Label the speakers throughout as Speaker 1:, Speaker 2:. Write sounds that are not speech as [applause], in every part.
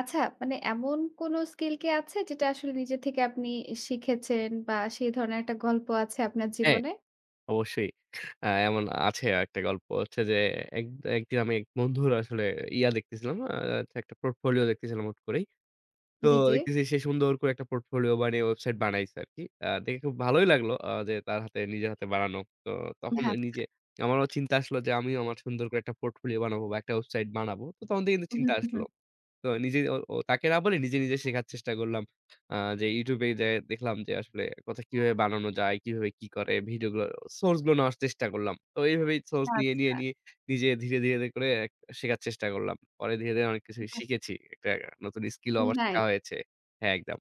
Speaker 1: আচ্ছা, মানে এমন কোনো স্কিল কি আছে যেটা আসলে নিজে থেকে আপনি শিখেছেন বা সেই ধরনের একটা গল্প আছে আপনার
Speaker 2: হ্যাঁ,
Speaker 1: জীবনে?
Speaker 2: অবশ্যই। এমন আছে একটা গল্প হচ্ছে যে এক একদিন আমি এক বন্ধুর আসলে দেখতেছিলাম একটা পোর্টফোলিও দেখতেছিলাম হুট করেই। তো
Speaker 1: জি, জি।
Speaker 2: দেখতেছি সে সুন্দর করে একটা পোর্টফোলিও বানিয়ে ওয়েবসাইট বানাইছে আরকি। দেখে খুব ভালোই লাগলো যে তার হাতে নিজের হাতে বানানো। তো তখন
Speaker 1: হ্যাঁ।
Speaker 2: নিজে আমারও চিন্তা আসলো যে আমিও আমার সুন্দর করে একটা পোর্টফোলিও বানাবো বা একটা ওয়েবসাইট বানাবো। তো তখন থেকে কিন্তু চিন্তা আসলো। তো নিজে ও ও তাকে না বলে নিজে, নিজে শেখার চেষ্টা করলাম। আ যে YouTube এ যেয়ে দেখলাম যে আসলে কথা কিভাবে বানানো যায়, কিভাবে কি করে ভিডিওগুলো সোর্স গুলো নেওয়ার চেষ্টা করলাম। তো এইভাবেই সোর্স নিয়ে, নিয়ে,
Speaker 1: আচ্ছা।
Speaker 2: নিয়ে নিজে ধীরে, ধীরে, ধীরে করে শেখার চেষ্টা করলাম। পরে ধীরে, ধীরে অনেক কিছুই
Speaker 1: বাহ!
Speaker 2: শিখেছি। একটা নতুন স্কিলও আবার শেখা
Speaker 1: নাইস।
Speaker 2: হয়েছে। হ্যাঁ, একদম।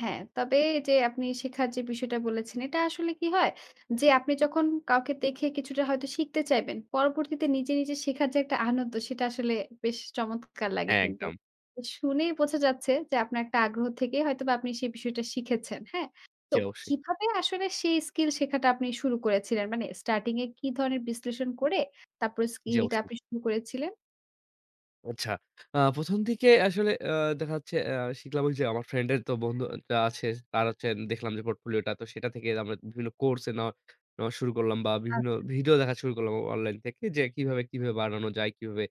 Speaker 1: হ্যাঁ, তবে এই যে আপনি শেখার যে বিষয়টা বলেছেন, এটা আসলে কি হয়? যে আপনি যখন কাউকে দেখে কিছুটা হয়তো শিখতে চাইবেন, পরবর্তীতে নিজে, নিজে শেখার যে একটা আনন্দ সেটা আসলে বেশ চমৎকার লাগে
Speaker 2: হ্যাঁ,
Speaker 1: কিন্তু।
Speaker 2: একদম।
Speaker 1: শুনেই বোঝা যাচ্ছে যে আপনার একটা আগ্রহ থেকেই হয়তোবা আপনি সেই বিষয়টা শিখেছেন, হ্যাঁ? তো
Speaker 2: জি, অবশ্যই।
Speaker 1: কিভাবে আসলে সেই স্কিল শেখাটা আপনি শুরু করেছিলেন? মানে স্টার্টিং এ কি ধরনের বিশ্লেষণ করে তারপরে
Speaker 2: জি,
Speaker 1: স্কিলটা
Speaker 2: অবশ্যই।
Speaker 1: আপনি শুরু করেছিলেন?
Speaker 2: আচ্ছা। ১ম দিকে আসলে দেখা যাচ্ছে শিখলাম ওই যে আমার ফ্রেন্ডের তো বন্ধু টা আছে। তার হচ্ছে দেখলাম যে পোর্টফোলিওটা তো সেটা থেকে আমরা বিভিন্ন কোর্স এ নেওয়া নেওয়া শুরু করলাম বা বিভিন্ন
Speaker 1: আচ্ছা।
Speaker 2: ভিডিও দেখা শুরু করলাম অনলাইন থেকে যে কিভাবে, কিভাবে বানানো যায়, কিভাবে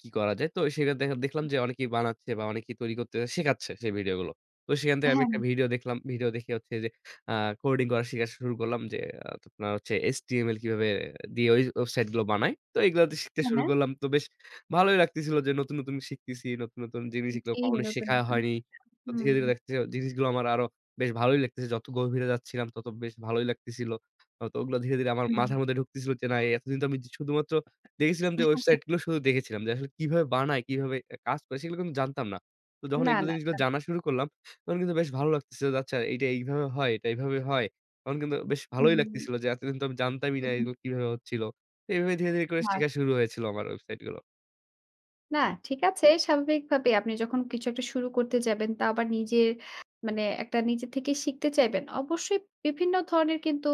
Speaker 2: কি করা যায়। তো সেখানে দেখলাম যে অনেকেই বানাচ্ছে বা অনেকেই তৈরি করতে শেখাচ্ছে সেই ভিডিওগুলো। তো সেখান থেকে
Speaker 1: হ্যাঁ,
Speaker 2: আমি
Speaker 1: হ্যাঁ,
Speaker 2: একটা ভিডিও দেখলাম। ভিডিও দেখে হচ্ছে যে আ কোডিং করা শিখা শুরু করলাম যে আপনার হচ্ছে HTML কিভাবে দিয়ে ওই ওয়েবসাইট গুলো বানায়। তো এগুলাতে শিখতে শুরু
Speaker 1: হ্যাঁ।
Speaker 2: করলাম। তো বেশ ভালোই লাগতেছিল যে নতুন, নতুন শিখতেছি। নতুন, নতুন জিনিস যেগুলো
Speaker 1: জি,
Speaker 2: কখনো
Speaker 1: নতুন,
Speaker 2: শেখা
Speaker 1: নতুন।
Speaker 2: হয়নি। তো ধীরে,
Speaker 1: হুম।
Speaker 2: ধীরে দেখতেছি জিনিসগুলো আমার আরো বেশ ভালোই লাগতেছে। যত গভীরে যাচ্ছিলাম তত বেশ ভালোই লাগতেছিল। তো ওগুলো ধীরে, ধীরে আমার মাথার মধ্যে ঢুকতেছিল যে না এতদিন তো আমি শুধুমাত্র দেখেছিলাম যে
Speaker 1: হুম।
Speaker 2: ওয়েবসাইট গুলো শুধু দেখেছিলাম যে আসলে কিভাবে বানায়, কিভাবে কাজ করে সেগুলো কিন্তু জানতাম না। তো যখন
Speaker 1: না,
Speaker 2: এগুলো
Speaker 1: না।
Speaker 2: জিনিসগুলো
Speaker 1: তা
Speaker 2: জানা শুরু করলাম তখন কিন্তু বেশ ভালো লাগতেছিল যে আচ্ছা এইটা এইভাবে হয়, এটা এইভাবে হয়। তখন কিন্তু বেশ ভালোই
Speaker 1: হুম।
Speaker 2: লাগতেছিল যে এতদিন তো আমি জানতামই না এগুলো কিভাবে হচ্ছিল। তো এভাবে ধীরে, ধীরে করে
Speaker 1: না,
Speaker 2: শেখা শুরু হয়েছিল আমার ওয়েবসাইট গুলো।
Speaker 1: না, ঠিক আছে। স্বাভাবিকভাবেই আপনি যখন কিছু একটা শুরু করতে যাবেন, তা আবার নিজের মানে একটা নিজে থেকে শিখতে চাইবেন। অবশ্যই বিভিন্ন ধরনের কিন্তু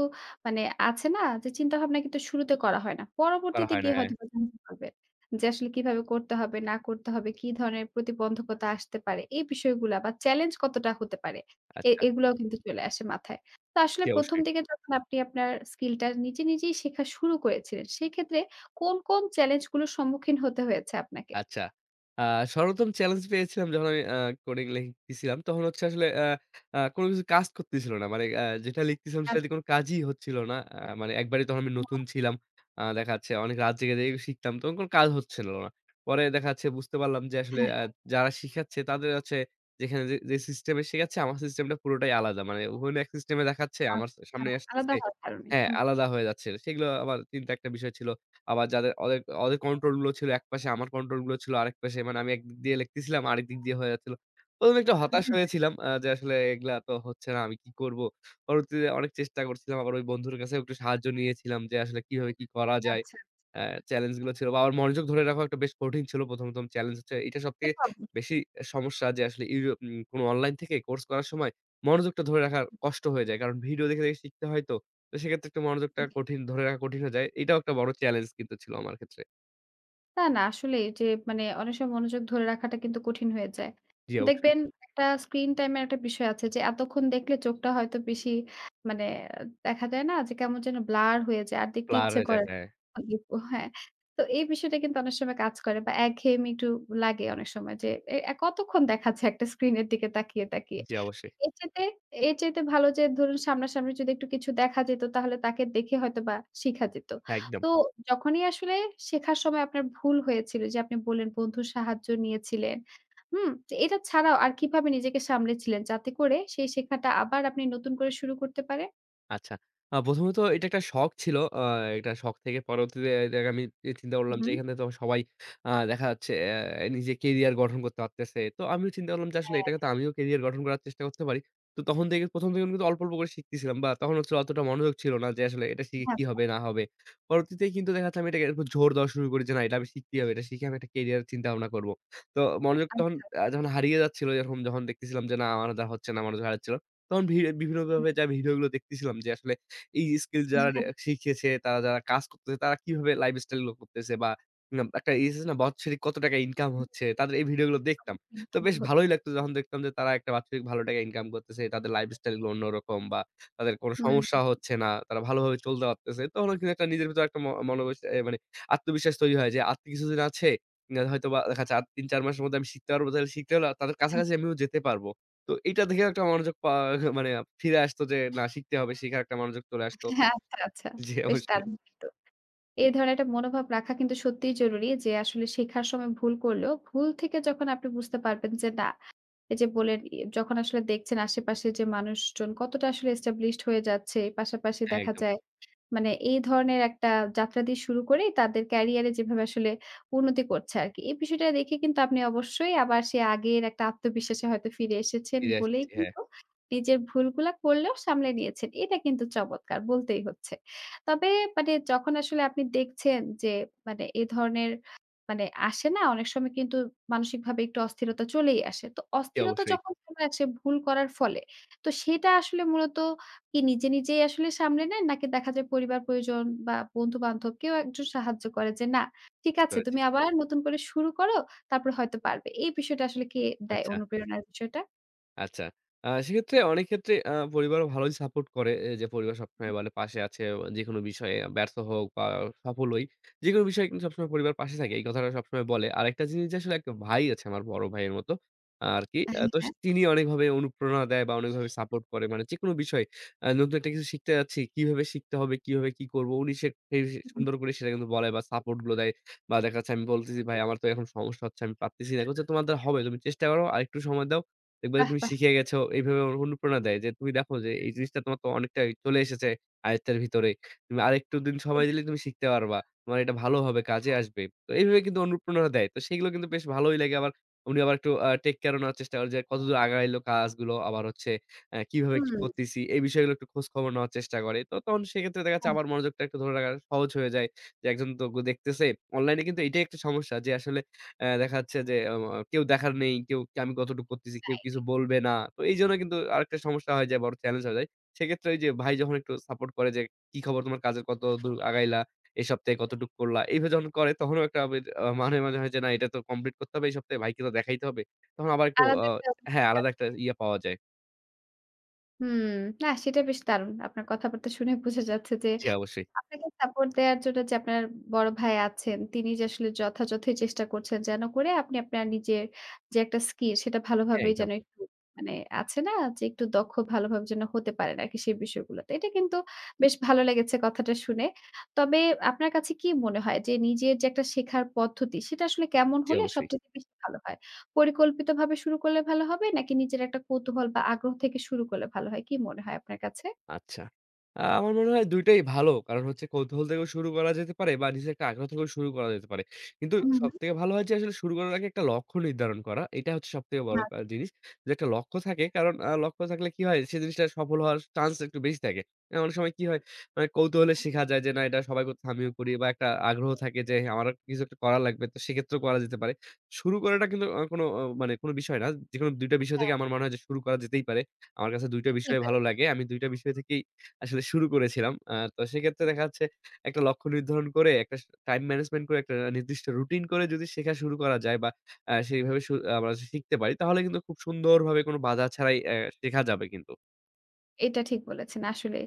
Speaker 1: মানে আছে না? যে চিন্তাভাবনা কিন্তু শুরুতে করা হয় না।
Speaker 2: করা
Speaker 1: পরবর্তীতে
Speaker 2: হয় না,
Speaker 1: গিয়ে
Speaker 2: হ্যাঁ।
Speaker 1: হয়তোবা জানতে পারবেন যে আসলে কিভাবে করতে হবে, না করতে হবে, কি ধরনের প্রতিবন্ধকতা আসতে পারে। এই বিষয়গুলা বা চ্যালেঞ্জ কতটা হতে পারে। এ
Speaker 2: আচ্ছা।
Speaker 1: এগুলাও কিন্তু চলে আসে মাথায়। তো আসলে
Speaker 2: জি,
Speaker 1: ১ম
Speaker 2: অবশ্যই।
Speaker 1: দিকে যখন আপনি আপনার স্কিলটা নিজে, নিজেই শেখা শুরু করেছিলেন, সেক্ষেত্রে কোন, কোন চ্যালেঞ্জগুলোর সম্মুখীন হতে হয়েছে আপনাকে?
Speaker 2: আচ্ছা। আ সর্বপ্রথম চ্যালেঞ্জ পেয়েছিলাম যখন আমি কোডিং লিখতেছিলাম, তখন হচ্ছে আসলে আ আ কোন কিছু কাজ করতেছিল না। মানে যেটা লিখতেছিলাম
Speaker 1: আচ্ছা,
Speaker 2: সেটা দিয়ে কোন কাজই হচ্ছিল না। মানে একবারই তখন আমি নতুন
Speaker 1: ও
Speaker 2: ছিলাম। দেখা যাচ্ছে অনেক রাত জেগে, জেগে শিখতাম। তখন কোন কাজ হচ্ছিল না। পরে দেখা যাচ্ছে বুঝতে পারলাম যে আসলে
Speaker 1: হ্যাঁ,
Speaker 2: যারা শিখাচ্ছে তাদের হচ্ছে যেখানে যে সিস্টেমে শেখাচ্ছে আমার সিস্টেমটা পুরোটাই আলাদা। মানে ওখানে এক সিস্টেমে দেখাচ্ছে আমার
Speaker 1: আচ্ছা।
Speaker 2: সামনে
Speaker 1: আলাদা
Speaker 2: আসতেছে
Speaker 1: হওয়ার কারণে।
Speaker 2: হ্যাঁ,
Speaker 1: হুম।
Speaker 2: আলাদা হয়ে যাচ্ছে। সেগুলো আমার চিন্তা একটা বিষয় ছিল। আবার যাদের ওদের ওদের কন্ট্রোল গুলো ছিল একপাশে, আমার কন্ট্রোল গুলো ছিল আরেক পাশে। মানে আমি একদিক দিয়ে লিখতেছিলাম, আরেক দিক দিয়ে হয়ে যাচ্ছিল। ১ম এ একটু হতাশ
Speaker 1: হ্যাঁ,
Speaker 2: হয়েছিলাম যে আসলে এগুলা তো হচ্ছে না, আমি কি করব? পরবর্তীতে অনেক চেষ্টা করছিলাম। আবার ওই বন্ধুর কাছেও একটু সাহায্য নিয়েছিলাম যে আসলে কিভাবে কি করা যায়?
Speaker 1: আচ্ছা।
Speaker 2: অ্যা চ্যালেঞ্জ গুলো ছিল বা আমার মনোযোগ ধরে রাখা একটা বেশ কঠিন ছিল ১ম চ্যালেঞ্জ হচ্ছে এটা
Speaker 1: সে
Speaker 2: সবথেকে
Speaker 1: তো অবশ্যই।
Speaker 2: বেশি সমস্যা যে আসলে ইউরো উম কোনো অনলাইন থেকে কোর্স করার সময় মনোযোগটা ধরে রাখা কষ্ট হয়ে যায়। কারণ ভিডিও দেখে, দেখে শিখতে হয় তো। তো সেক্ষেত্রে একটু মনোযোগটা কঠিন ধরে রাখা কঠিন হয়ে যায়। এটাও একটা বড় চ্যালেঞ্জ কিন্তু ছিল আমার ক্ষেত্রে।
Speaker 1: না, না আসলেই যে মানে অনেক সময় মনোযোগ ধরে রাখাটা কিন্তু কঠিন হয়ে যায়।
Speaker 2: জি, অবশ্যই।
Speaker 1: দেখবেন একটা স্ক্রিন টাইম এর একটা বিষয় আছে যে এতক্ষণ দেখলে চোখটা হয়তো বেশি মানে দেখা যায় না যে কেমন যেন ব্লার হয়ে যায়। আর দেখতে
Speaker 2: ব্লার
Speaker 1: ইচ্ছে
Speaker 2: হয়ে যায়।
Speaker 1: করে
Speaker 2: হ্যাঁ,
Speaker 1: না। দেখবো হ্যাঁ। তো এই বিষয়টা কিন্তু অনেক সময় কাজ করে বা একঘেয়েমি একটু লাগে অনেক সময় যে এ এ কতক্ষণ দেখা যায় একটা স্ক্রিন এর দিকে তাকিয়ে, তাকিয়ে।
Speaker 2: জি, অবশ্যই।
Speaker 1: এর চাইতে এর চাইতে ভালো যে ধরুন সামনাসামনি যদি একটু কিছু দেখা যেত তাহলে তাকে দেখে হয়তোবা শিখা যেত।
Speaker 2: একদম।
Speaker 1: তো যখনই আসলে শেখার সময় আপনার ভুল হয়েছিল যে আপনি বললেন বন্ধুর সাহায্য নিয়েছিলেন, হুম? যে এটা ছাড়াও আর কিভাবে নিজেকে সামলেছিলেন যাতে করে সেই শেখাটা আবার আপনি নতুন করে শুরু করতে পারেন?
Speaker 2: আচ্ছা। প্রথমত এটা একটা শখ ছিল। এটা শখ থেকে পরবর্তীতে দেখ আমি চিন্তা
Speaker 1: হুম,
Speaker 2: করলাম যে
Speaker 1: হুম।
Speaker 2: এখানে তো সবাই দেখা যাচ্ছে নিজে কেরিয়ার গঠন করতে পারতেছে। তো আমিও চিন্তা করলাম যে আসলে
Speaker 1: হ্যাঁ,
Speaker 2: এটাকে তো আমিও কেরিয়ার গঠন করার চেষ্টা করতে পারি। তো তখন থেকে ১ম থেকে কিন্তু অল্প, অল্প করে শিখতেছিলাম বা তখন হচ্ছে অতটা মনোযোগ ছিল না যে আসলে এটা শিখে
Speaker 1: হ্যাঁ,
Speaker 2: কি হবে না হবে। পরবর্তীতে কিন্তু দেখা যাচ্ছে আমি এটাকে উপর জোর দেওয়া শুরু করি যে না এটা আমি শিখতেই হবে। এটা শিখে আমি একটা কেরিয়ার চিন্তা ভাবনা করব। তো মনোযোগ তখন
Speaker 1: আচ্ছা।
Speaker 2: যখন হারিয়ে যাচ্ছিল এরকম যখন দেখতেছিলাম যে না আমার দ্বারা হচ্ছে না মনোযোগ হারাচ্ছিল। তখন বিভিন্নভাবে ভিডিওগুলো দেখতেছিলাম যে আসলে এই স্কিল যারা
Speaker 1: হ্যাঁ,
Speaker 2: শিখেছে, তারা যারা কাজ করতেছে, তারা কিভাবে লাইফস্টাইল গুলো করতেছে বা নাম একটা ইস আছে না বাৎসরিক কত টাকা ইনকাম হচ্ছে, তাদের এই ভিডিওগুলো দেখতাম। তো বেশ ভালোই
Speaker 1: হচ্ছে।
Speaker 2: লাগতো যখন দেখতাম যে তারা একটা বাৎসরিক ভালো টাকা ইনকাম করতেছে। তাদের লাইফস্টাইল গুলো অন্যরকম বা তাদের কোনো
Speaker 1: হুম,
Speaker 2: সমস্যা হচ্ছে না। তারা ভালোভাবে চলতে পারতেছে। তখনও কিন্তু একটা নিজের ভিতরে একটা মনোবশ মানে আত্মবিশ্বাস তৈরি হয় যে আর তো কিছুদিন আছে। না হয়তোবা দেখা যাচ্ছে আর ৩-৪ মাসের মধ্যে আমি শিখতে পারবো। তাহলে শিখতে হলে তাদের কাছাকাছি আমিও যেতে পারবো। তো এটা দেখেও একটা মনোযোগ [laughs] মানে ফিরে আসতো যে না শিখতে হবে, শিখার একটা মনোযোগ চলে আসতো।
Speaker 1: হ্যাঁ, আচ্ছা, আচ্ছা।
Speaker 2: জি,
Speaker 1: বেশ
Speaker 2: অবশ্যই।
Speaker 1: দারুণ কিন্তু। এই ধরনের একটা মনোভাব রাখা কিন্তু সত্যিই জরুরি যে আসলে শেখার সময় ভুল করলেও ভুল থেকে যখন আপনি বুঝতে পারবেন যে না এই যে বলেন ই যখন আসলে দেখছেন আশেপাশে যে মানুষজন কতটা আসলে established হয়ে যাচ্ছে, পাশাপাশি
Speaker 2: হ্যাঁ,
Speaker 1: দেখা
Speaker 2: একদম।
Speaker 1: যায় মানে এই ধরনের একটা যাত্রা দিয়ে শুরু করে তাদের ক্যারিয়ারে যেভাবে আসলে উন্নতি করছে আরকি। এই বিষয়টা দেখে কিন্তু আপনি অবশ্যই আবার সেই আগের একটা আত্মবিশ্বাসে হয়তো ফিরে এসেছেন
Speaker 2: ফিরে
Speaker 1: বলেই
Speaker 2: এসেছি। হ্যাঁ,
Speaker 1: কিন্তু নিজের ভুলগুলা করলেও সামলে নিয়েছেন। এটা কিন্তু চমৎকার বলতেই হচ্ছে। তবে মানে যখন আসলে আপনি দেখছেন যে মানে এ ধরনের মানে আসে না অনেক সময় কিন্তু মানসিকভাবে একটু অস্থিরতা চলেই আসে। তো
Speaker 2: জি
Speaker 1: অস্থিরতা
Speaker 2: অবশ্যই।
Speaker 1: যখন চলে আসে ভুল করার ফলে, তো সেটা আসলে মূলত কি নিজে, নিজেই আসলে সামলে নেন? নাকি দেখা যায় পরিবার-পরিজন বা বন্ধু-বান্ধব কেউ একজন সাহায্য করে যে, "না, ঠিক
Speaker 2: বুঝতে
Speaker 1: আছে
Speaker 2: পেরেছি।
Speaker 1: তুমি আবার নতুন করে শুরু করো, তারপরে হয়তো পারবে।" এই বিষয়টা আসলে কে দেয়
Speaker 2: আচ্ছা।
Speaker 1: অনুপ্রেরণার বিষয়টা?
Speaker 2: আচ্ছা। সেক্ষেত্রে অনেক ক্ষেত্রে পরিবারও ভালোই সাপোর্ট করে। যে পরিবার সবসময় বলে পাশে আছে যেকোনো বিষয়ে ব্যর্থ হোক বা সফল হই। যেকোনো বিষয়ে কিন্তু সবসময় পরিবার পাশে থাকে। এই কথাটা সবসময় বলে। আরেকটা জিনিস যে আসলে একটা ভাই আছে আমার বড় ভাইয়ের মতো আরকি।
Speaker 1: হ্যাঁ,
Speaker 2: তো
Speaker 1: হ্যাঁ।
Speaker 2: তিনি অনেকভাবে অনুপ্রেরণা দেয় বা অনেকভাবে সাপোর্ট করে। মানে যেকোনো বিষয়ে নতুন একটা কিছু শিখতে যাচ্ছি, কিভাবে শিখতে হবে, কিভাবে কি করব উনি সেই
Speaker 1: হুম,
Speaker 2: সুন্দর করে সেটা কিন্তু বলে বা সাপোর্ট গুলো দেয়। বা দেখা যাচ্ছে আমি বলতেছি, "ভাই আমার তো এখন সমস্যা হচ্ছে, আমি পারতেছি না।" কচ্ছে, "তোমার দ্বারা হবে। তুমি চেষ্টা করো। আরেকটু সময় দাও।" দেখবা যে
Speaker 1: বাহ!
Speaker 2: তুমি
Speaker 1: বাহ!
Speaker 2: শিখে গেছো এইভাবে আমার অনুপ্রেরণা দেয় যে তুমি দেখো যে এই জিনিসটা তোমার তো অনেকটাই চলে এসেছে আয়ত্তের ভিতরে। তুমি আরেকটু দিন সময়
Speaker 1: ঠিক
Speaker 2: দিলে
Speaker 1: আছে।
Speaker 2: তুমি শিখতে পারবা। তোমার এটা ভালোভাবে কাজে আসবে। তো এইভাবে কিন্তু অনুপ্রেরণা দেয়। তো সেগুলো কিন্তু বেশ ভালোই লাগে আবার উনি আবার একটু টেক কেয়ার ও নেওয়ার চেষ্টা করে যে কতদূর আগাইলো কাজগুলো আবার হচ্ছে কিভাবে কি
Speaker 1: হুম,
Speaker 2: করতেছি এই বিষয়গুলো একটু খোঁজ খবর নেওয়ার চেষ্টা করে। তো তখন সেক্ষেত্রে দেখা যাচ্ছে আমার মনোযোগটা একটু ধরে রাখা সহজ হয়ে যায়। যে একজন তো দেখতেছে অনলাইনে কিন্তু এটাই একটা সমস্যা যে আসলে দেখা যাচ্ছে যে কেউ দেখার নেই, কেউ কি আমি কতটুকু করতেছি, কেউ
Speaker 1: তাই।
Speaker 2: কিছু বলবে না। তো এইজন্য কিন্তু আরেকটা সমস্যা হয়ে যায়, বড় চ্যালেঞ্জ হয়ে যায়। সেক্ষেত্রে ওই যে ভাই যখন একটু সাপোর্ট করে যে, "কি খবর তোমার কাজের কতদূর আগাইলা? এই সপ্তাহে কতটুক করলা?" এইভাবে যখন করে তখনও একটা আবের মাঝে, মাঝে হয় যে না এটা তো কমপ্লিট করতে হবে এই সপ্তাহে, ভাইকে তো দেখাইতে হবে। তখন আবার একটু
Speaker 1: আলাদা একটা
Speaker 2: হ্যাঁ,
Speaker 1: অনুভূতি
Speaker 2: আলাদা
Speaker 1: কাজ
Speaker 2: একটা
Speaker 1: করে।
Speaker 2: ইয়ে পাওয়া যায়।
Speaker 1: হুম, না সেটা বেশ দারুণ। আপনার কথাবার্তা শুনে বোঝা যাচ্ছে যে
Speaker 2: জি, অবশ্যই।
Speaker 1: আপনাকে সাপোর্ট দেয়ার জন্য যে আপনার বড় ভাই আছেন, তিনি যে আসলে যথাযথই চেষ্টা করছেন যেন করে আপনি আপনার নিজের যে একটা স্কিল সেটা
Speaker 2: হ্যাঁ,
Speaker 1: ভালোভাবেই যেন
Speaker 2: একদম।
Speaker 1: একটু মানে আছে না যে একটু দক্ষ ভালোভাবে যেন হতে পারেন আরকি সেই বিষয়গুলোতে। এটা কিন্তু বেশ ভালো লেগেছে কথাটা শুনে। তবে আপনার কাছে কি মনে হয় যে নিজের যে একটা শেখার পদ্ধতি সেটা আসলে কেমন
Speaker 2: জি,
Speaker 1: হলে
Speaker 2: অবশ্যই।
Speaker 1: সবচাইতে বেশি ভালো হয়? পরিকল্পিতভাবে শুরু করলে ভালো হবে নাকি নিজের একটা কৌতূহল বা আগ্রহ থেকে শুরু করলে ভালো হয়? কি মনে হয় আপনার কাছে?
Speaker 2: আচ্ছা। আমার মনে হয় ২ টাই ভালো। কারণ হচ্ছে কৌতূহল থেকেও শুরু করা যেতে পারে বা নিজের একটা আগ্রহ থেকেও শুরু করা যেতে পারে। কিন্তু
Speaker 1: হুম, হুম।
Speaker 2: সবথেকে ভালো হয় যে আসলে শুরু করার আগে একটা লক্ষ্য নির্ধারণ করা। এটা হচ্ছে সবথেকে বড় জিনিস। যে একটা লক্ষ্য থাকে কারণ লক্ষ্য থাকলে কি হয়? সে জিনিসটা সফল হওয়ার চান্স একটু বেশি থাকে। অনেক সময় কি হয়? মানে কৌতূহলে শেখা যায় যে না এটা সবাই করতেছে আমিও করি বা একটা আগ্রহ থাকে যে আমারও কিছু একটা করা লাগবে। তো সেক্ষেত্রেও করা যেতে পারে। শুরু করাটা কিন্তু কোনো মানে কোনো বিষয় না। যেকোনো ২ টা বিষয়
Speaker 1: আচ্ছা,
Speaker 2: থেকে আমার মনে হয় যে শুরু করা যেতেই পারে। আমার কাছে ২ টা
Speaker 1: বুঝতে
Speaker 2: বিষয় ভালো
Speaker 1: পেরেছি।
Speaker 2: লাগে। আমি ২ টা বিষয় থেকেই আসলে শুরু করেছিলাম। তো সেক্ষেত্রে দেখা যাচ্ছে একটা লক্ষ্য নির্ধারণ করে, একটা টাইম ম্যানেজমেন্ট করে, একটা নির্দিষ্ট রুটিন করে যদি শেখা শুরু করা যায় বা সেইভাবে আমরা শিখতে পারি তাহলে কিন্তু খুব সুন্দরভাবে কোনো বাধা ছাড়াই শেখা যাবে কিন্তু।
Speaker 1: এটা ঠিক বলেছেন আসলেই।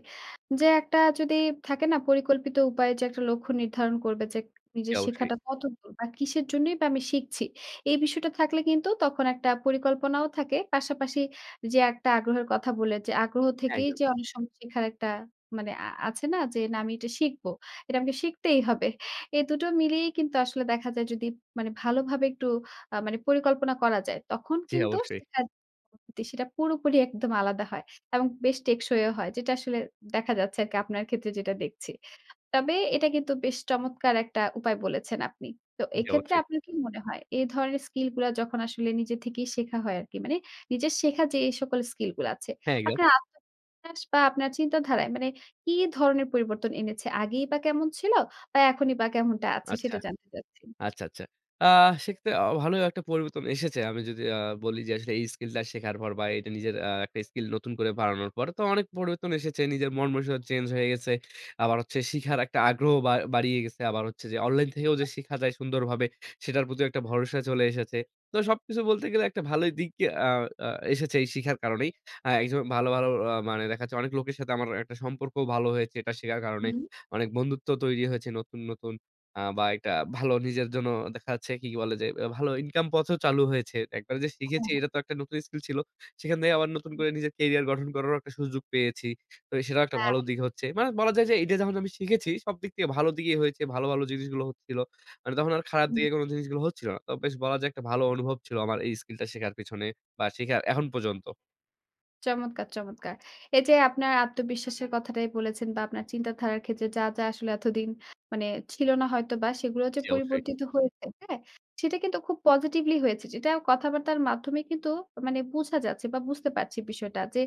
Speaker 1: যে একটা যদি থাকে না পরিকল্পিত উপায়ে যে একটা লক্ষ্য নির্ধারণ করবে যে
Speaker 2: জি
Speaker 1: নিজের
Speaker 2: অবশ্যই।
Speaker 1: শেখাটা কতদূর বা কিসের জন্যই বা আমি শিখছি। এই বিষয়টা থাকলে কিন্তু তখন একটা পরিকল্পনাও থাকে। পাশাপাশি যে একটা আগ্রহের কথা বললেন যে আগ্রহ
Speaker 2: হ্যাঁ,
Speaker 1: থেকেই
Speaker 2: একদম।
Speaker 1: যে অনেক সময় শেখার একটা মানে আছে না যে না আমি এটা শিখবো। এটা আমাকে শিখতেই হবে। এই দুটো মিলিয়েই কিন্তু আসলে দেখা যায় যদি মানে ভালোভাবে একটু মানে পরিকল্পনা করা যায় তখন
Speaker 2: জি
Speaker 1: কিন্তু
Speaker 2: অবশ্যই,
Speaker 1: শেখার পদ্ধতি সেটা পুরোপুরি একদম আলাদা হয়। এবং বেশ টেকসইও হয়। যেটা আসলে দেখা যাচ্ছে আরকি আপনার ক্ষেত্রে যেটা দেখছি। তবে এটা কিন্তু বেশ চমৎকার একটা উপায় বলেছেন আপনি। তো
Speaker 2: জি
Speaker 1: এক্ষেত্রে
Speaker 2: অবশ্যই।
Speaker 1: আপনার কি মনে হয় এই ধরনের স্কিল গুলা যখন আসলে নিজে থেকেই শেখা হয় আরকি মানে নিজের শেখা যে এই সকল স্কিল গুলা আছে,
Speaker 2: হ্যাঁ, একদম।
Speaker 1: আপনার আত্মবিশ্বাস বা আপনার চিন্তাধারায় মানে কি ধরনের পরিবর্তন এনেছে? আগেই বা কেমন ছিল বা এখনই বা কেমনটা আছে
Speaker 2: আচ্ছা।
Speaker 1: সেটা জানতে চাচ্ছি?
Speaker 2: আচ্ছা, আচ্ছা। আ সেক্ষেত্রে ভালোই একটা পরিবর্তন এসেছে। আমি যদি বলি যে আসলে এই স্কিলটা শেখার পর বা এটা নিজের একটা স্কিল নতুন করে বাড়ানোর পর তো অনেক পরিবর্তন এসেছে। নিজের মন মানসিকতা চেঞ্জ হয়ে গেছে। আবার হচ্ছে শিখার একটা আগ্রহ বা বাড়িয়ে গেছে। আবার হচ্ছে যে অনলাইন থেকেও যে শিখা যায় সুন্দরভাবে সেটার প্রতি একটা ভরসা চলে এসেছে। তো সবকিছু বলতে গেলে একটা ভালোই দিক আ আ এসেছে এই শিখার কারণেই। একজন ভালো, ভালো মানে দেখা যাচ্ছে অনেক লোকের সাথে আমার একটা সম্পর্কও ভালো হয়েছে এটা শেখার কারণে।
Speaker 1: হুম।
Speaker 2: অনেক বন্ধুত্ব তৈরি হয়েছে নতুন, নতুন। বা একটা ভালো নিজের জন্য দেখা যাচ্ছে কি বলে যে ভালো ইনকাম পথও চালু হয়েছে। একবার যে শিখেছি এটা তো একটা নতুন স্কিল ছিল। সেখান থেকে আবার নতুন করে নিজের কেরিয়ার গঠন করারও একটা সুযোগ পেয়েছি। তো সেটাও একটা ভালো দিক হচ্ছে। মানে বলা যায় যে এটা যখন আমি শিখেছি সব দিক থেকে ভালো দিকেই হয়েছে। ভালো, ভালো জিনিসগুলো হচ্ছিল। মানে তখন আর খারাপ
Speaker 1: হ্যাঁ।
Speaker 2: দিকে কোনো জিনিসগুলো হচ্ছিল না। তো বেশ বলা যায় একটা ভালো অনুভব ছিল আমার এই স্কিলটা শেখার পেছনে বা শেখার এখন পর্যন্ত।
Speaker 1: চমৎকার, চমৎকার। এই যে আপনার আত্মবিশ্বাসের কথাটাই বলেছেন বা আপনার চিন্তাধারার ক্ষেত্রে যা, যা আসলে এতদিন মানে ছিল না হয়তোবা সেগুলো যে
Speaker 2: জি, অবশ্যই।
Speaker 1: পরিবর্তিত হয়েছে, হ্যাঁ? সেটা কিন্তু খুব পজিটিভলি হয়েছে। যেটা কথাবার্তার মাধ্যমে কিন্তু মানে বোঝা যাচ্ছে বা বুঝতে পারছি বিষয়টা যে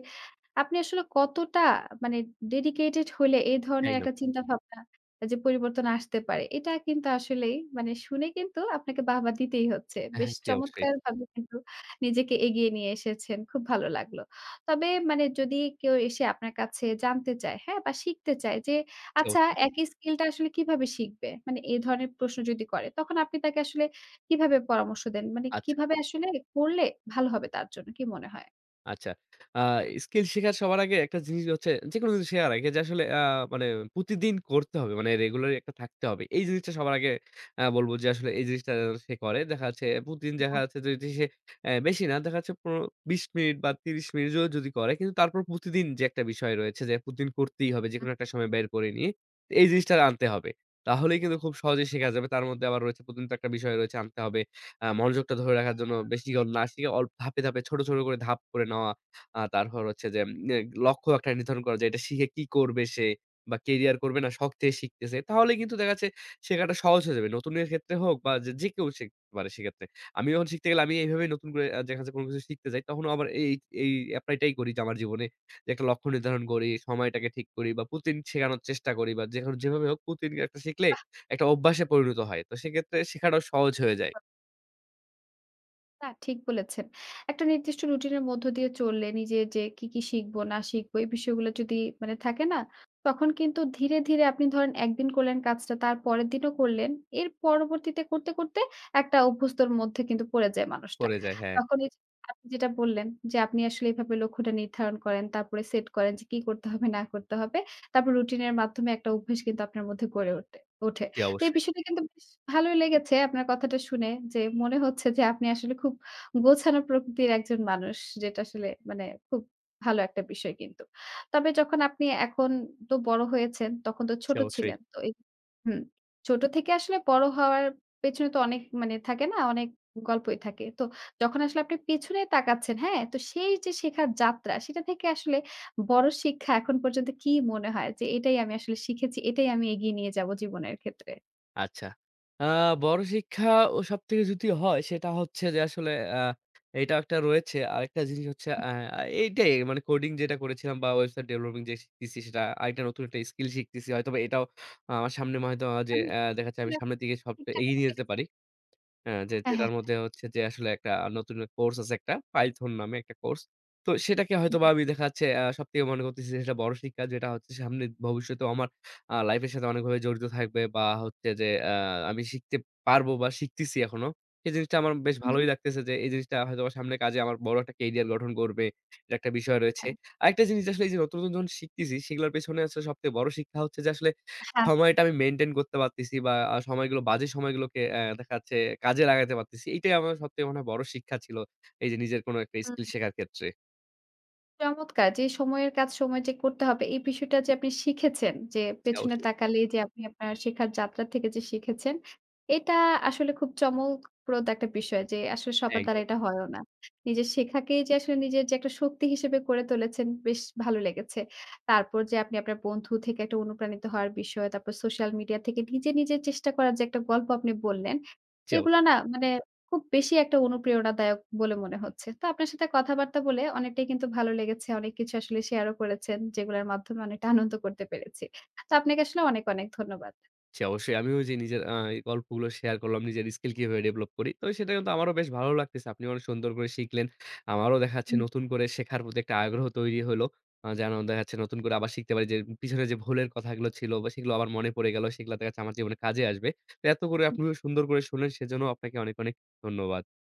Speaker 1: আপনি আসলে কতটা মানে ডেডিকেটেড হলে এই ধরনের
Speaker 2: একদম।
Speaker 1: একটা চিন্তাভাবনা যে পরিবর্তন আসতে পারে। এটা কিন্তু আসলেই মানে শুনে কিন্তু আপনাকে বাহবা দিতেই হচ্ছে।
Speaker 2: হ্যাঁ,
Speaker 1: বেশ
Speaker 2: হ্যাঁ। জি, অবশ্যই,
Speaker 1: চমৎকারভাবে কিন্তু নিজেকে এগিয়ে নিয়ে এসেছেন। খুব ভালো লাগলো। তবে মানে যদি কেউ এসে আপনার কাছে জানতে চায়, হ্যাঁ? বা শিখতে চায় যে,
Speaker 2: জি,
Speaker 1: আচ্ছা
Speaker 2: অবশ্যই।
Speaker 1: হুম। একই স্কিলটা আসলে কিভাবে শিখবে? মানে এ ধরনের প্রশ্ন যদি করে, তখন আপনি তাকে আসলে কিভাবে পরামর্শ দেন? মানে
Speaker 2: আচ্ছা।
Speaker 1: কিভাবে আসলে করলে ভালো হবে তার জন্য? কি মনে হয়?
Speaker 2: আচ্ছা। আ স্কিল শেখার সবার আগে একটা জিনিস হচ্ছে যেকোনো কিছু শেখার আগে যে আসলে মানে প্রতিদিন করতে হবে। মানে রেগুলারই একটা থাকতে হবে। এই জিনিসটা সবার আগে বলব যে আসলে এই জিনিসটা যেন সে করে। দেখা যাচ্ছে প্রতিদিন দেখা যাচ্ছে যদি সে বেশি না দেখা যাচ্ছে ১৫-২০ মিনিট বা ৩০ মিনিট যদি করে কিন্তু তারপর প্রতিদিন যে একটা বিষয় রয়েছে যে প্রতিদিন করতেই হবে।
Speaker 1: হুম।
Speaker 2: যেকোনো একটা সময় বের করে নিয়ে এই জিনিসটা আনতে হবে। তাহলেই কিন্তু খুব সহজেই শেখা যাবে। তার মধ্যে আবার রয়েছে প্রতিদিন তো একটা বিষয় রয়েছে আনতে হবে। মনোযোগটা ধরে রাখার জন্য বেশিক্ষণ না শিখে অল্প ধাপে, ধাপে ছোট, ছোট করে ধাপ করে নেওয়া। তারপর হচ্ছে যে এ লক্ষ্য একটা নির্ধারণ করা যে এটা শিখে কি করবে সে বা কেরিয়ার করবে না শখ থেকে শিখতেছে। তাহলে কিন্তু দেখা যাচ্ছে শেখাটা সহজ হয়ে যাবে। নতুনের ক্ষেত্রে হোক বা যে কেউ শিখতে পারে সেক্ষেত্রে। আমি যখন শিখতে গেলে আমি এইভাবেই নতুন করে দেখা যাচ্ছে কোনো কিছু শিখতে যাই তখন আবার এই এপ্লাইটাই করি যে আমার জীবনে যে একটা লক্ষ্য নির্ধারণ করি, সময়টাকে ঠিক করি বা প্রতিদিন শেখানোর চেষ্টা করি বা যেখানে যেভাবে হোক প্রতিদিন একটা শিখলে একটা অভ্যাসে পরিণত হয়। তো সেক্ষেত্রে শেখাটাও সহজ হয়ে যায়।
Speaker 1: না, ঠিক বলেছেন। একটা নির্দিষ্ট রুটিনের মধ্য দিয়ে চললে নিজে যে কি, কি শিখবো না শিখবো এই বিষয়গুলো যদি মানে থাকে না? তখন কিন্তু ধীরে, ধীরে আপনি ধরেন একদিন করলেন কাজটা, তার পরের দিনও করলেন। এর পরবর্তীতে করতে, করতে একটা অভ্যস্তর মধ্যে কিন্তু পড়ে যায় মানুষটা।
Speaker 2: পড়ে যায়। হ্যাঁ,
Speaker 1: তখন এই যে আপনি যেটা বললেন যে আপনি আসলে এভাবে লক্ষ্যটা নির্ধারণ করেন, তারপরে সেট করেন যে কি করতে হবে না করতে হবে। তারপর রুটিনের মাধ্যমে একটা অভ্যাস কিন্তু আপনার মধ্যে গড়ে ওঠে ওঠে।
Speaker 2: জি
Speaker 1: তো এই
Speaker 2: অবশ্যই,
Speaker 1: বিষয়টা কিন্তু বেশ ভালোই লেগেছে আপনার কথাটা শুনে যে মনে হচ্ছে যে আপনি আসলে খুব গোছানো প্রকৃতির একজন মানুষ। যেটা আসলে মানে খুব ভালো একটা বিষয় কিন্তু। তবে যখন আপনি এখন তো বড় হয়েছেন তখন তো
Speaker 2: জি
Speaker 1: ছোট
Speaker 2: অবশ্যই।
Speaker 1: ছিলেন। তো এই হুম, ছোট থেকে আসলে বড় হওয়ার পেছনে তো অনেক মানে থাকে না? অনেক গল্পই থাকে। তো যখন আসলে আপনি পেছনে তাকাচ্ছেন, হ্যাঁ? তো সেই যে শেখার যাত্রা সেটা থেকে আসলে বড় শিক্ষা এখন পর্যন্ত কি মনে হয় যে এটাই আমি আসলে শিখেছি, এটাই আমি এগিয়ে নিয়ে যাবো জীবনের ক্ষেত্রে?
Speaker 2: আচ্ছা। আ বড় শিক্ষা সবথেকে যদি হয় সেটা হচ্ছে যে আসলে আ এটাও একটা রয়েছে। আরেকটা জিনিস হচ্ছে এইটাই মানে কোডিং যেটা করেছিলাম বা ওয়েবসাইট ডেভেলপিং যে শিখতেছি সেটা আরেকটা নতুন একটা স্কিল শিখতেছি। হয়তোবা এটাও আমার সামনে হয়তো যে
Speaker 1: আমি
Speaker 2: দেখা যাচ্ছে আমি
Speaker 1: [unintelligible]
Speaker 2: সামনের দিকে সবটা
Speaker 1: ঠিকঠাক
Speaker 2: এগিয়ে
Speaker 1: মতো
Speaker 2: নিয়ে যেতে
Speaker 1: পেরেছে
Speaker 2: পারি। হ্যাঁ, যে
Speaker 1: হ্যাঁ, হ্যাঁ,
Speaker 2: যেটার
Speaker 1: হ্যাঁ।
Speaker 2: মধ্যে হচ্ছে যে আসলে একটা নতুন কোর্স আছে একটা Python নামে একটা কোর্স। তো সেটাকে
Speaker 1: জি,
Speaker 2: হয়তোবা
Speaker 1: জি।
Speaker 2: আমি দেখা যাচ্ছে সবথেকে মনে করতেছি যে সেটা বড় শিক্ষা যেটা হচ্ছে সামনে ভবিষ্যতেও আমার লাইফের সাথে অনেকভাবে জড়িত থাকবে বা হচ্ছে যে আ আমি শিখতে পারবো বা শিখতেছি এখনো। এই জিনিসটা আমার বেশ
Speaker 1: হুম,
Speaker 2: ভালোই লাগতেছে যে এই জিনিসটা হয়তোবা সামনে কাজে আমার বড় একটা ক্যারিয়ার গঠন করবে। এটা একটা বিষয় রয়েছে।
Speaker 1: হ্যাঁ,
Speaker 2: আরেকটা জিনিস আসলে এই যে নতুন, নতুন যখন শিখতেছি সেগুলোর পেছনে আসলে সবথেকে বড় শিক্ষা হচ্ছে যে আসলে
Speaker 1: হ্যাঁ,
Speaker 2: সময়টা আমি মেইনটেইন করতে পারতেছি বা সময়গুলো বাজে সময়গুলোকে দেখা যাচ্ছে কাজে লাগাতে পারতেছি। এটাই আমার সবথেকে মনে হয় বড় শিক্ষা ছিল। এই যে নিজের কোনো একটা স্কিল
Speaker 1: হুম।
Speaker 2: শেখার ক্ষেত্রে।
Speaker 1: চমৎকার যে সময়ের কাজ সময় যে করতে হবে এই বিষয়টা যে আপনি শিখেছেন যে
Speaker 2: জি
Speaker 1: পেছনে
Speaker 2: অবশ্যই।
Speaker 1: তাকালেই যে আপনি আপনার শেখার যাত্রা থেকে যে শিখেছেন, এটা আসলে খুব চমকপ্রদ একটা বিষয় যে আসলে
Speaker 2: হ্যাঁ,
Speaker 1: সবার দ্বারা
Speaker 2: একদম।
Speaker 1: এটা হয়ও না। নিজের শেখাকেই যে আসলে নিজের যে একটা শক্তি হিসেবে করে তুলেছেন বেশ ভালো লেগেছে। তারপর যে আপনি আপনার বন্ধু থেকে একটা অনুপ্রাণিত হওয়ার বিষয়, তারপর সোশ্যাল মিডিয়া থেকে নিজে, নিজে চেষ্টা করার যে একটা গল্প আপনি বললেন,
Speaker 2: জি
Speaker 1: এগুলো
Speaker 2: অবশ্যই।
Speaker 1: না মানে খুব বেশি একটা অনুপ্রেরণাদায়ক বলে মনে হচ্ছে। তো আপনার সাথে কথাবার্তা বলে অনেকটাই কিন্তু ভালো লেগেছে। অনেক কিছু আসলে শেয়ারও করেছেন, যেগুলোর মাধ্যমে অনেকটা আনন্দ করতে পেরেছি। তো আপনাকে আসলে অনেক, অনেক ধন্যবাদ।
Speaker 2: জি, অবশ্যই। আমিও ওইযে নিজের এই গল্পগুলো শেয়ার করলাম, নিজের স্কিল কিভাবে ডেভেলপ করি। তো সেটা কিন্তু আমারও বেশ ভালো লাগতেছে। আপনি অনেক সুন্দর করে শিখলেন। আমারও দেখা যাচ্ছে
Speaker 1: হুম।
Speaker 2: নতুন করে শেখার প্রতি একটা আগ্রহ তৈরি হলো। যেন দেখা যাচ্ছে নতুন করে আবার শিখতে পারি যে পিছনে যে ভুলের কথাগুলো ছিল বা সেগুলো আবার মনে পড়ে গেল। সেগুলো দেখা যাচ্ছে আমার জীবনে কাজে আসবে। তো এত করে আপনিও সুন্দর করে শুনলেন সেজন্য আপনাকে অনেক, অনেক ধন্যবাদ।